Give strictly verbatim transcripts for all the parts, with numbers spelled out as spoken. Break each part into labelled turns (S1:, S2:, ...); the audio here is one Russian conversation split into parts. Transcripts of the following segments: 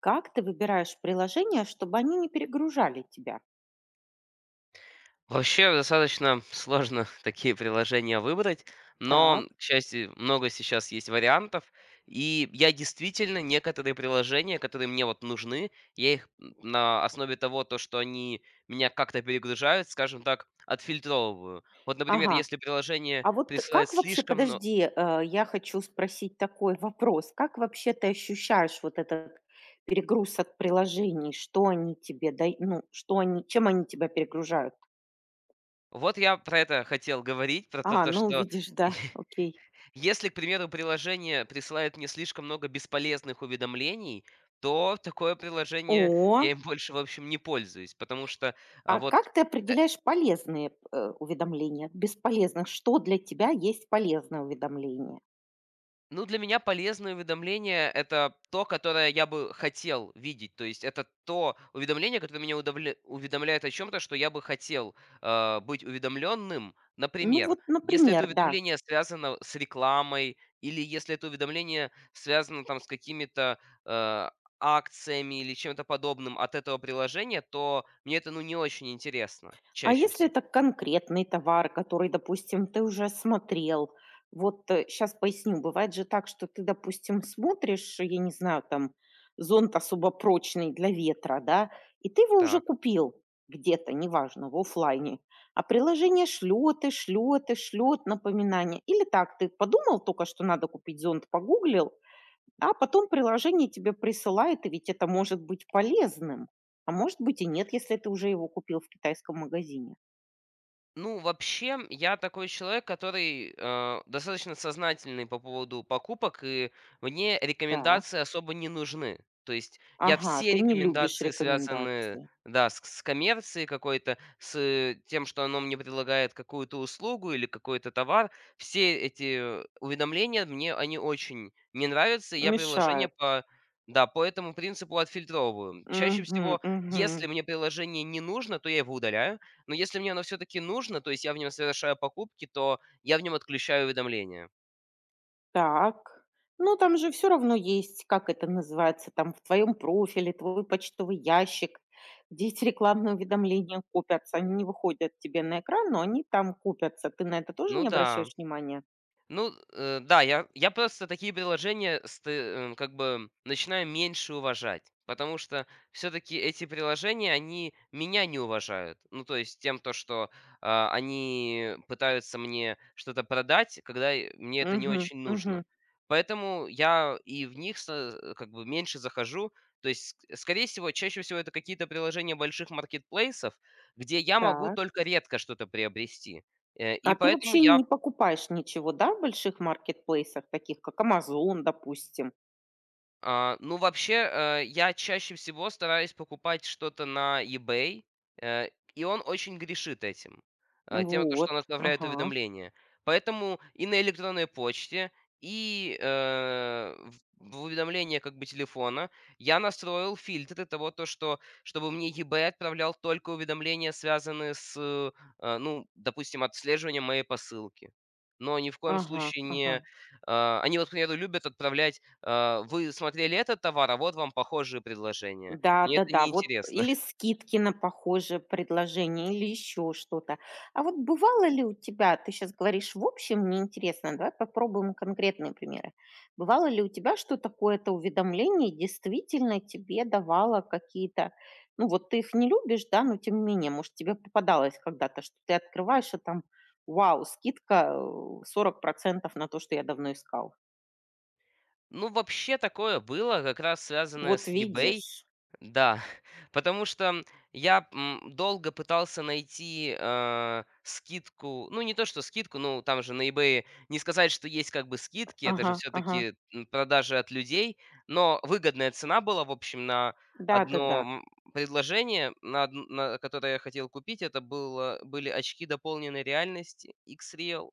S1: Как ты выбираешь приложения, чтобы они не перегружали тебя?
S2: Вообще достаточно сложно такие приложения выбрать,
S1: Так.
S2: но, к счастью, много сейчас есть вариантов. И я действительно некоторые приложения, которые мне вот нужны, я их м, на основе того, то, что они меня как-то перегружают, скажем так, отфильтровываю. Вот, например,
S1: Ага.
S2: если приложение
S1: А вот
S2: присылает
S1: как вообще,
S2: слишком, но
S1: подожди, э, я хочу спросить такой вопрос. Как вообще ты ощущаешь вот этот перегруз от приложений? Что они тебе дай, ну, что они, чем они тебя перегружают?
S2: вот я про это хотел говорить, про то,
S1: А,
S2: то
S1: ну,
S2: что
S1: видишь, да, окей.
S2: если, к примеру, приложение присылает мне слишком много бесполезных уведомлений, то такое приложение
S1: О,
S2: я им больше, в общем, не пользуюсь, потому что а,
S1: а
S2: вот.
S1: как ты определяешь полезные э, уведомления от бесполезных? Что для тебя есть полезное уведомление?
S2: Ну, для меня полезные уведомления — это то, которое я бы хотел видеть. То есть это то уведомление, которое меня удавля- уведомляет о чем-то, что я бы хотел э, быть уведомленным.
S1: Ну,
S2: Например,
S1: вот,
S2: если это
S1: например, да.
S2: уведомление связано с рекламой, или если это уведомление связано там с какими-то э, акциями или чем-то подобным от этого приложения, то мне это ну не очень интересно
S1: А
S2: чаще
S1: если
S2: всего.
S1: это конкретный товар, который, допустим, ты уже смотрел? Вот сейчас поясню. Бывает же так, что ты, допустим, смотришь, я не знаю, там зонт особо прочный для ветра, да, и ты его уже
S2: Так.
S1: купил где-то, неважно, в оффлайне. А приложение шлет и шлет и шлет напоминания. Или так, ты подумал только, что надо купить зонт, погуглил, а потом приложение тебе присылает, и ведь это может быть полезным. А может быть и нет, если ты уже его купил в китайском магазине.
S2: Ну, вообще, я такой человек, который э, достаточно сознательный по поводу покупок, и мне
S1: Так.
S2: рекомендации особо не нужны. То есть я
S1: Ага,
S2: все
S1: ты не любишь
S2: рекомендации связаны,
S1: рекомендации.
S2: да, с, с коммерцией какой-то, с э, тем, что оно мне предлагает какую-то услугу или какой-то товар. Все эти уведомления мне они очень не нравятся, и я приложение
S1: Мешают.
S2: по да, по этому принципу отфильтровываю. Чаще
S1: Мгм,
S2: всего,
S1: мгм.
S2: если мне приложение не нужно, то я его удаляю. Но если мне оно все-таки нужно, то есть я в нем совершаю покупки, то я в нем отключаю уведомления.
S1: Так. Ну, там же все равно есть, как это называется, там в твоем профиле, твой почтовый ящик, где эти рекламные уведомления купятся. Они не выходят тебе на экран, но они там купятся. Ты на это тоже
S2: Ну
S1: не
S2: да.
S1: обращаешь внимания?
S2: Ну, э, да, я, я просто такие приложения сты- э, как бы начинаю меньше уважать, потому что все-таки эти приложения, они меня не уважают. Ну, то есть тем, то, что а, они пытаются мне что-то продать, когда и мне это не
S1: Угу,
S2: очень нужно.
S1: угу.
S2: Поэтому я и в них со- как бы меньше захожу. То есть, ск- скорее всего, чаще всего это какие-то приложения больших маркетплейсов, где я могу
S1: Так.
S2: только редко что-то приобрести. Э, И
S1: А ты
S2: поэтому
S1: вообще
S2: я.
S1: не покупаешь ничего, да, в больших маркетплейсах, таких как Amazon, допустим?
S2: А, ну, вообще, э, я чаще всего стараюсь покупать что-то на eBay, э, и он очень грешит этим, э, тем, то, что он
S1: Вот.
S2: отправляет
S1: Ага,
S2: уведомления. Поэтому и на электронной почте, и э, в в уведомления как бы телефона я настроил фильтры того, то, что чтобы мне eBay отправлял только уведомления, связанные с, э, а, ну, допустим, отслеживанием моей посылки. Но ни в коем
S1: ага,
S2: случае
S1: ага.
S2: не... э, они вот, к примеру, любят отправлять, э, вы смотрели этот товар, а вот вам похожие предложения. Мне это
S1: Да-да-да, вот
S2: неинтересно.
S1: или скидки на похожее предложение, или еще что-то. А вот бывало ли у тебя, ты сейчас говоришь в общем, мне интересно, давай попробуем конкретные примеры. Бывало ли у тебя, что такое-то уведомление действительно тебе давало какие-то, ну вот ты их не любишь, да, но тем не менее, может, тебе попадалось когда-то, что ты открываешь, а там, вау, скидка э, сорок процентов на то, что я давно искал.
S2: Ну, вообще такое было, как раз связанное
S1: Вот
S2: с eBay.
S1: видишь.
S2: Да, потому что я, м, долго пытался найти, э, скидку. Ну, не то что скидку, ну, там же на «Ebay» не сказать, что есть как бы скидки, это же
S1: Ага,
S2: все
S1: ага,
S2: таки продажи от людей, но выгодная цена была, в общем, на
S1: да-да-да,
S2: одно м, предложение, на одн на которое я хотел купить. Это было были очки дополненной реальности X-Real,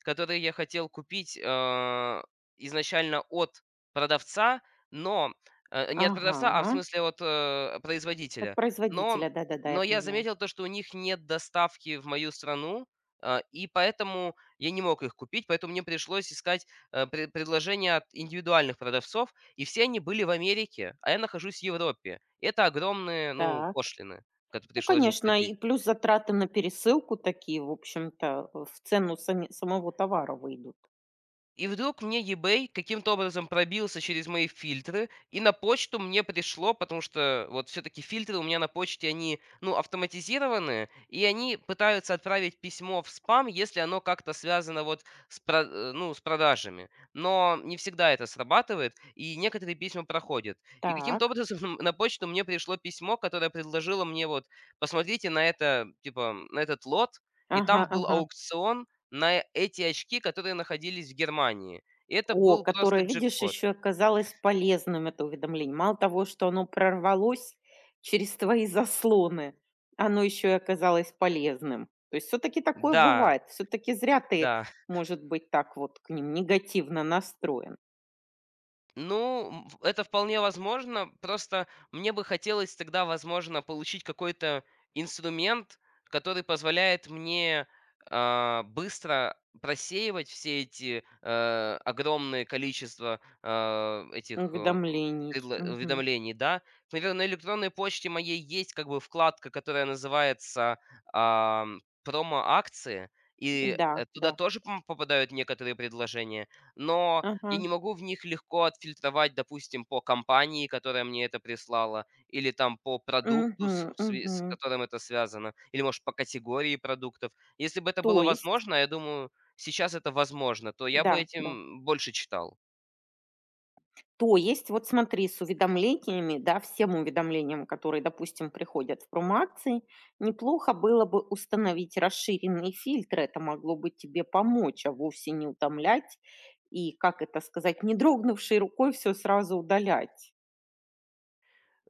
S2: которые я хотел купить, а, изначально от продавца, но, э, не от продавца, а
S1: ага.
S2: в смысле от, э,
S1: От
S2: производителя. Но
S1: производителя, да-да-да, я
S2: но я
S1: поняла.
S2: заметил то, что у них нет доставки в мою страну, а, и поэтому я не мог их купить, поэтому мне пришлось искать, э, пре предложения от индивидуальных продавцов, и все они были в Америке, а я нахожусь в Европе. Это огромные, ну,
S1: Так.
S2: пошлины, которые
S1: Ну,
S2: пришлось бы
S1: конечно,
S2: платить.
S1: и плюс затраты на пересылку такие, в общем-то, э, в цену сами самого товара выйдут.
S2: И вдруг мне eBay каким-то образом пробился через мои фильтры, и на почту мне пришло, потому что вот все-таки фильтры у меня на почте, они, ну, автоматизированы, и они пытаются отправить письмо в спам, если оно как-то связано вот с, про- э, ну, с продажами. Но не всегда это срабатывает, и некоторые письма проходят. И каким-то
S1: Так.
S2: образом на почту мне пришло письмо, которое предложило мне вот, посмотрите на это, типа, на этот лот, и
S1: Ага,
S2: там был
S1: ага.
S2: аукцион, на эти очки, которые находились в Германии. И это
S1: О,
S2: был просто
S1: которое, видишь,
S2: джекпот.
S1: еще оказалось полезным, это уведомление. Мало того, что оно прорвалось через твои заслоны, оно еще и оказалось полезным. То есть все-таки такое
S2: Да,
S1: бывает. Все-таки зря ты,
S2: да.
S1: может быть, так вот к ним негативно настроен.
S2: Ну, м, в- это вполне возможно. Просто мне бы хотелось тогда, возможно, получить какой-то инструмент, который позволяет мне а, быстро просеивать все эти э, огромные количества а, этих э,
S1: Уведомлений.
S2: предла-
S1: Мгм.
S2: уведомлений, да. Например, на электронной почте моей есть как бы вкладка, которая называется ам, промо-акции, и
S1: Да,
S2: э, туда
S1: да.
S2: тоже м, попадают некоторые предложения, но и
S1: Ага.
S2: не могу в них легко отфильтровать, допустим, по компании, которая мне это прислала, или там по продукту,
S1: Мгм,
S2: с, сви-
S1: мгм.
S2: с которым это связано, или, может, по категории продуктов. Если бы это
S1: То
S2: было
S1: есть,
S2: возможно, а я думаю, сейчас это возможно, то я бы
S1: да, да.
S2: этим больше читал.
S1: То есть, вот смотри, с уведомлениями, да, всем уведомлениям, которые, допустим, приходят в промоакции, неплохо было бы установить расширенный фильтр. Это могло бы тебе помочь, а вовсе не утомлять. И, как это сказать, не дрогнувшей рукой все сразу удалять.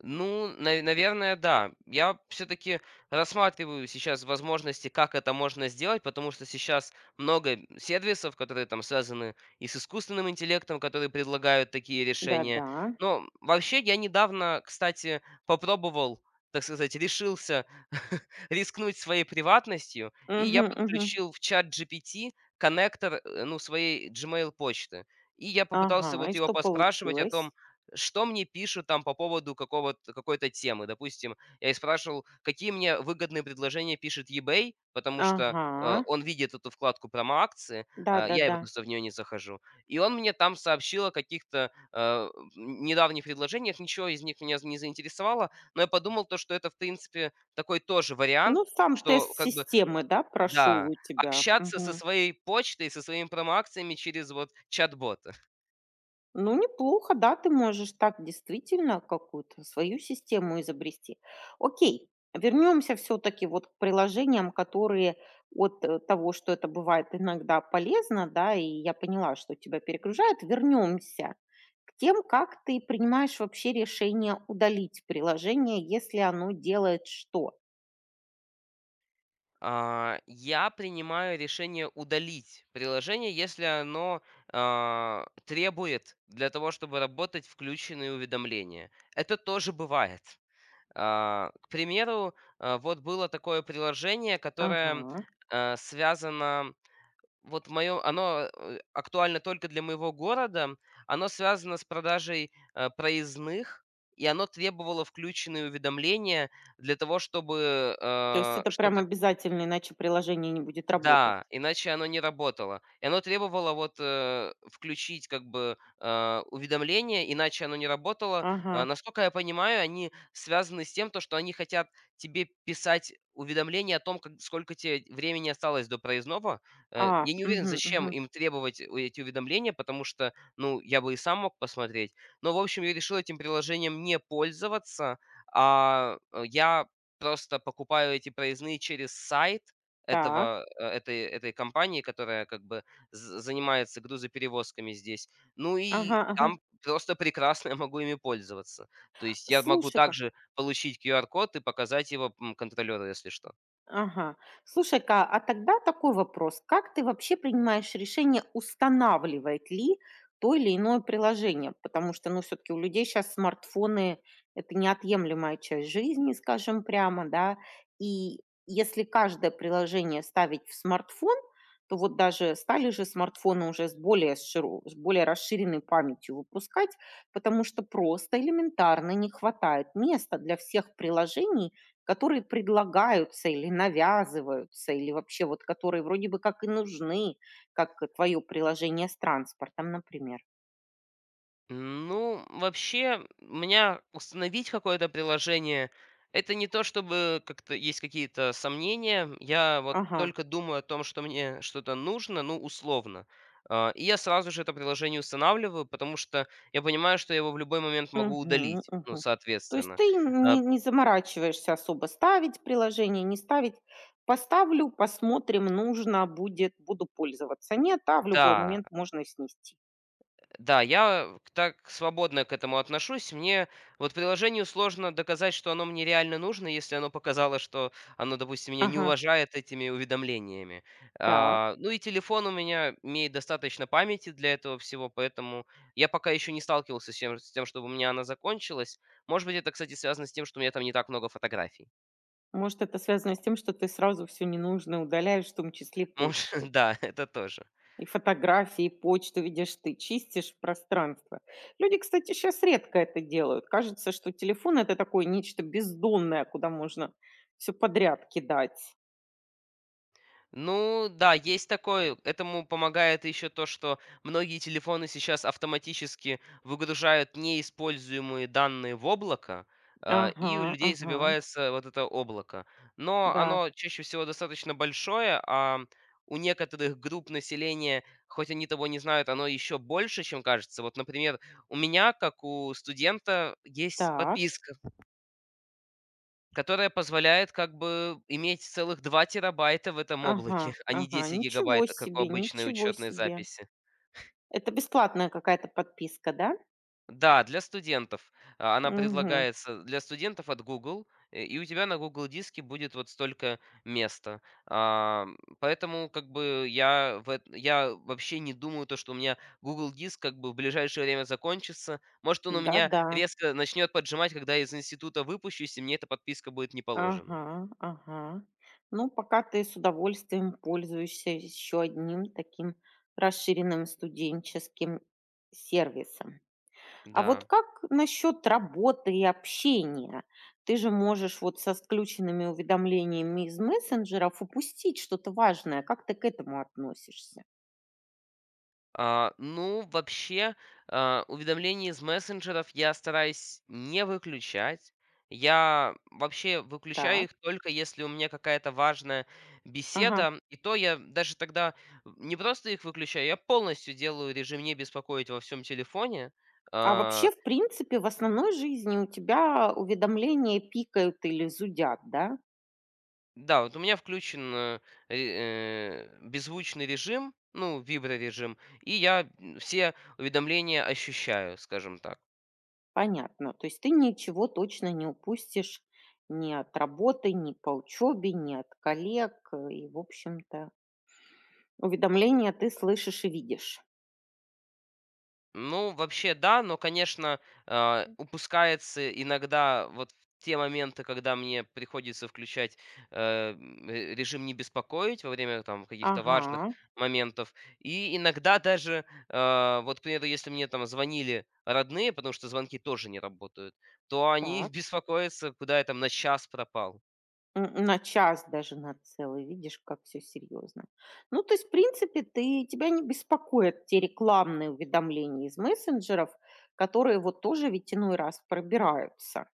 S2: Ну, на наверное, да. Я все таки рассматриваю сейчас возможности, как это можно сделать, потому что сейчас много сервисов, которые там связаны и с искусственным интеллектом, которые предлагают такие решения.
S1: Да-да.
S2: Но вообще я недавно, кстати, попробовал, так сказать, решился рискнуть своей приватностью, и я
S1: Мгм, мгм.
S2: подключил в чат ChatGPT коннектор, э, ну, своей Gmail почты. И я попытался
S1: Ага, и
S2: вот его
S1: что
S2: поспрашивать о
S1: получилось?
S2: том, что мне пишут там по поводу какого-то, какой-то темы. Допустим, я и спрашивал, какие мне выгодные предложения пишет eBay, потому что э,
S1: Ага.
S2: он видит эту вкладку промо-акции, а, я и
S1: Да-да-да.
S2: просто в нее не захожу. И он мне там сообщил о каких-то э, недавних предложениях, ничего из них меня не заинтересовало, но я подумал то, что это, в принципе, такой тоже
S1: Ну,
S2: вариант,
S1: сам тест
S2: что как бы,
S1: системы, да, прошел
S2: да,
S1: у тебя.
S2: общаться со
S1: Мгм.
S2: своей почтой, со своими промо-акциями через вот чат-бота.
S1: Ну, неплохо, да, ты можешь так действительно какую-то свою систему изобрести. Окей, вернемся все-таки вот к приложениям, которые от э, того, что это бывает иногда полезно, да, и я поняла, что тебя перегружает, вернемся к тем, как ты принимаешь вообще решение удалить приложение, если оно делает что.
S2: А, я принимаю решение удалить приложение, если оно а, требует для того, чтобы работать, включенные уведомления. Это тоже бывает. А, к примеру, а, вот было такое приложение, которое
S1: Ага.
S2: э, связано, вот мое, оно э, актуально только для моего города, оно связано с продажей э, проездных, и оно требовало включенные уведомления для того, чтобы
S1: То есть
S2: э,
S1: это прям
S2: что-то.
S1: обязательно, иначе приложение не будет работать.
S2: Да, иначе оно не работало. И оно требовало вот э, включить как бы э, уведомление, иначе оно не работало. А,
S1: Ага.
S2: насколько я понимаю, они связаны с тем, то, что они хотят тебе писать уведомление о том, как, сколько тебе времени осталось до проездного. Э,
S1: А,
S2: я не уверен,
S1: мгм,
S2: зачем
S1: мгм.
S2: им требовать у- эти уведомления, потому что, ну, я бы и сам мог посмотреть. Но, в общем, я решил этим приложением не пользоваться, а э, я просто покупаю эти проездные через сайт,
S1: Так.
S2: этого, э, этой этой компании, которая как бы з занимается грузоперевозками здесь. Ну и
S1: Ага, ага.
S2: там просто прекрасно я могу ими пользоваться. То есть я могу
S1: Слушай-ка.
S2: также получить кью ар-код и показать его, м, контролёру, если что.
S1: Ага. Слушай-ка, а тогда такой вопрос. Как ты вообще принимаешь решение, устанавливает ли то или иное приложение? Потому что, ну, все-таки у людей сейчас смартфоны — это неотъемлемая часть жизни, скажем прямо, да. И если каждое приложение ставить в смартфон, то вот даже стали же смартфоны уже с более, широ- с более расширенной памятью выпускать, потому что просто элементарно не хватает места для всех приложений, которые предлагаются или навязываются, или вообще вот которые вроде бы как и нужны, как твое приложение с транспортом, например.
S2: Ну, вообще, у меня установить какое-то приложение, это не то, чтобы как-то есть какие-то сомнения. Я вот
S1: Ага.
S2: только думаю о том, что мне что-то нужно, ну, условно. А, И я сразу же это приложение устанавливаю, потому что я понимаю, что я его в любой момент могу
S1: Мгм,
S2: удалить, ну,
S1: мгм. То есть
S2: соответственно.
S1: ты не,
S2: А,
S1: не заморачиваешься особо ставить приложение, не ставить. Поставлю, посмотрим, нужно будет, буду пользоваться. Нет, а в любой
S2: Да,
S1: момент можно и снести.
S2: да, я к- так свободно к этому отношусь. Мне вот приложению сложно доказать, что оно мне реально нужно, если оно показало, что оно, допустим, меня не
S1: Ага,
S2: уважает этими уведомлениями.
S1: так.
S2: А, ну и телефон у меня имеет достаточно памяти для этого всего, поэтому я пока еще не сталкивался с тем, с тем, чтобы у меня она закончилась. Может быть, это, кстати, связано с тем, что у меня там не так много фотографий.
S1: Может, это связано с тем, что ты сразу все ненужное удаляешь, в том числе
S2: Может,
S1: почту.
S2: да, это тоже.
S1: И фотографии, и почту, видишь, ты чистишь пространство. Люди, кстати, сейчас редко это делают. Кажется, что телефон — это такое нечто бездонное, куда можно все подряд кидать.
S2: Ну да, есть такое. Этому помогает еще то, что многие телефоны сейчас автоматически выгружают неиспользуемые данные в облако, а,
S1: Ага,
S2: и у людей
S1: ага,
S2: забивается вот это облако. Но
S1: да,
S2: оно чаще всего достаточно большое, а у некоторых групп населения, хоть они того не знают, оно еще больше, чем кажется. Вот, например, у меня, как у студента, есть
S1: так,
S2: подписка, Которая позволяет как бы иметь целых два терабайта в этом облаке,
S1: ага,
S2: а не
S1: ага,
S2: 10
S1: ничего
S2: гигабайт, как у
S1: себе,
S2: обычной
S1: ничего
S2: учетной
S1: себе.
S2: записи.
S1: Это бесплатная какая-то подписка, да?
S2: Да, для студентов. А, она
S1: Угу.
S2: предлагается для студентов от Google, э, и у тебя на Google Диске будет вот столько места. Ам, поэтому как бы я в эт я вообще не думаю, то, что у меня Google Диск как бы в ближайшее время закончится. Может, он у меня
S1: Да-да.
S2: резко начнет поджимать, когда я из института выпущусь, и мне эта подписка будет не положена.
S1: Ага, ага. Ну, пока ты с удовольствием пользуешься еще одним таким расширенным студенческим сервисом. А вот
S2: Да.
S1: как насчет работы и общения? Ты же можешь вот со сключенными уведомлениями из мессенджеров упустить что-то важное. Как ты к этому относишься?
S2: А, ну, вообще, а, уведомления из мессенджеров я стараюсь не выключать. Я вообще выключаю
S1: Так,
S2: их только если у меня какая-то важная
S1: ага.
S2: беседа. И то я даже тогда не просто их выключаю, я полностью делаю режим не беспокоить во всем телефоне.
S1: А вообще,
S2: А,
S1: в принципе, в основной жизни у тебя уведомления пикают или зудят, да?
S2: да, вот у меня включен э, ре- э, беззвучный режим, ну, виброрежим, и я м, все уведомления ощущаю, скажем так.
S1: Понятно. То есть ты ничего точно не упустишь ни от работы, ни по учебе, ни от коллег. э, И, в общем-то, уведомления ты слышишь и видишь.
S2: Ну, вообще, да, но, конечно, а, упускается иногда вот в те моменты, когда мне приходится включать э, м, э, режим не беспокоить во время там каких-то важных
S1: Ага,
S2: моментов. И иногда даже, э, вот, к примеру, если мне там звонили родные, потому что звонки тоже не работают, то они
S1: так.
S2: беспокоятся, куда я там на час пропал.
S1: Н- На час даже на целый, видишь, как все серьезно. Ну, то есть, в принципе, ты, тебя не беспокоят те рекламные уведомления из мессенджеров, которые вот тоже ведь иной раз пробираются.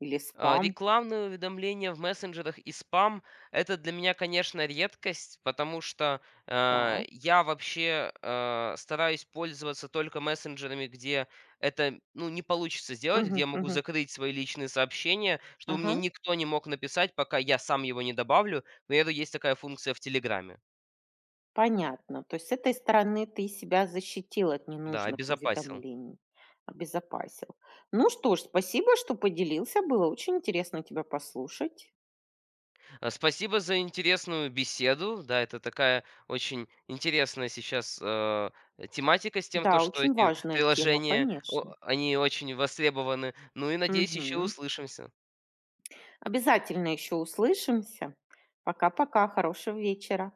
S1: Или
S2: А,
S1: спам,
S2: Рекламные уведомления в мессенджерах и спам — это для меня, конечно, редкость, потому что э,
S1: да.
S2: я вообще э, стараюсь пользоваться только мессенджерами, где это ну, не получится сделать, где
S1: Мгм,
S2: я могу
S1: мгм.
S2: закрыть свои личные сообщения, чтобы мне
S1: Ага.
S2: никто не мог написать, пока я сам его не добавлю. К примеру, есть такая функция в Телеграме.
S1: Понятно. То есть с этой стороны ты себя защитил от
S2: Да,
S1: ненужных
S2: обезопасил.
S1: уведомлений, обезопасил. Ну что ж, спасибо, что поделился. Было очень интересно тебя послушать.
S2: А, Спасибо за интересную беседу. Да, это такая очень интересная сейчас э, тематика с тем, то,
S1: Да,
S2: что
S1: очень
S2: эти
S1: важная тема,
S2: приложения, о-
S1: конечно.
S2: они очень востребованы. Ну и надеюсь, еще
S1: Мгм.
S2: услышимся.
S1: Обязательно еще услышимся. Пока-пока, хорошего вечера.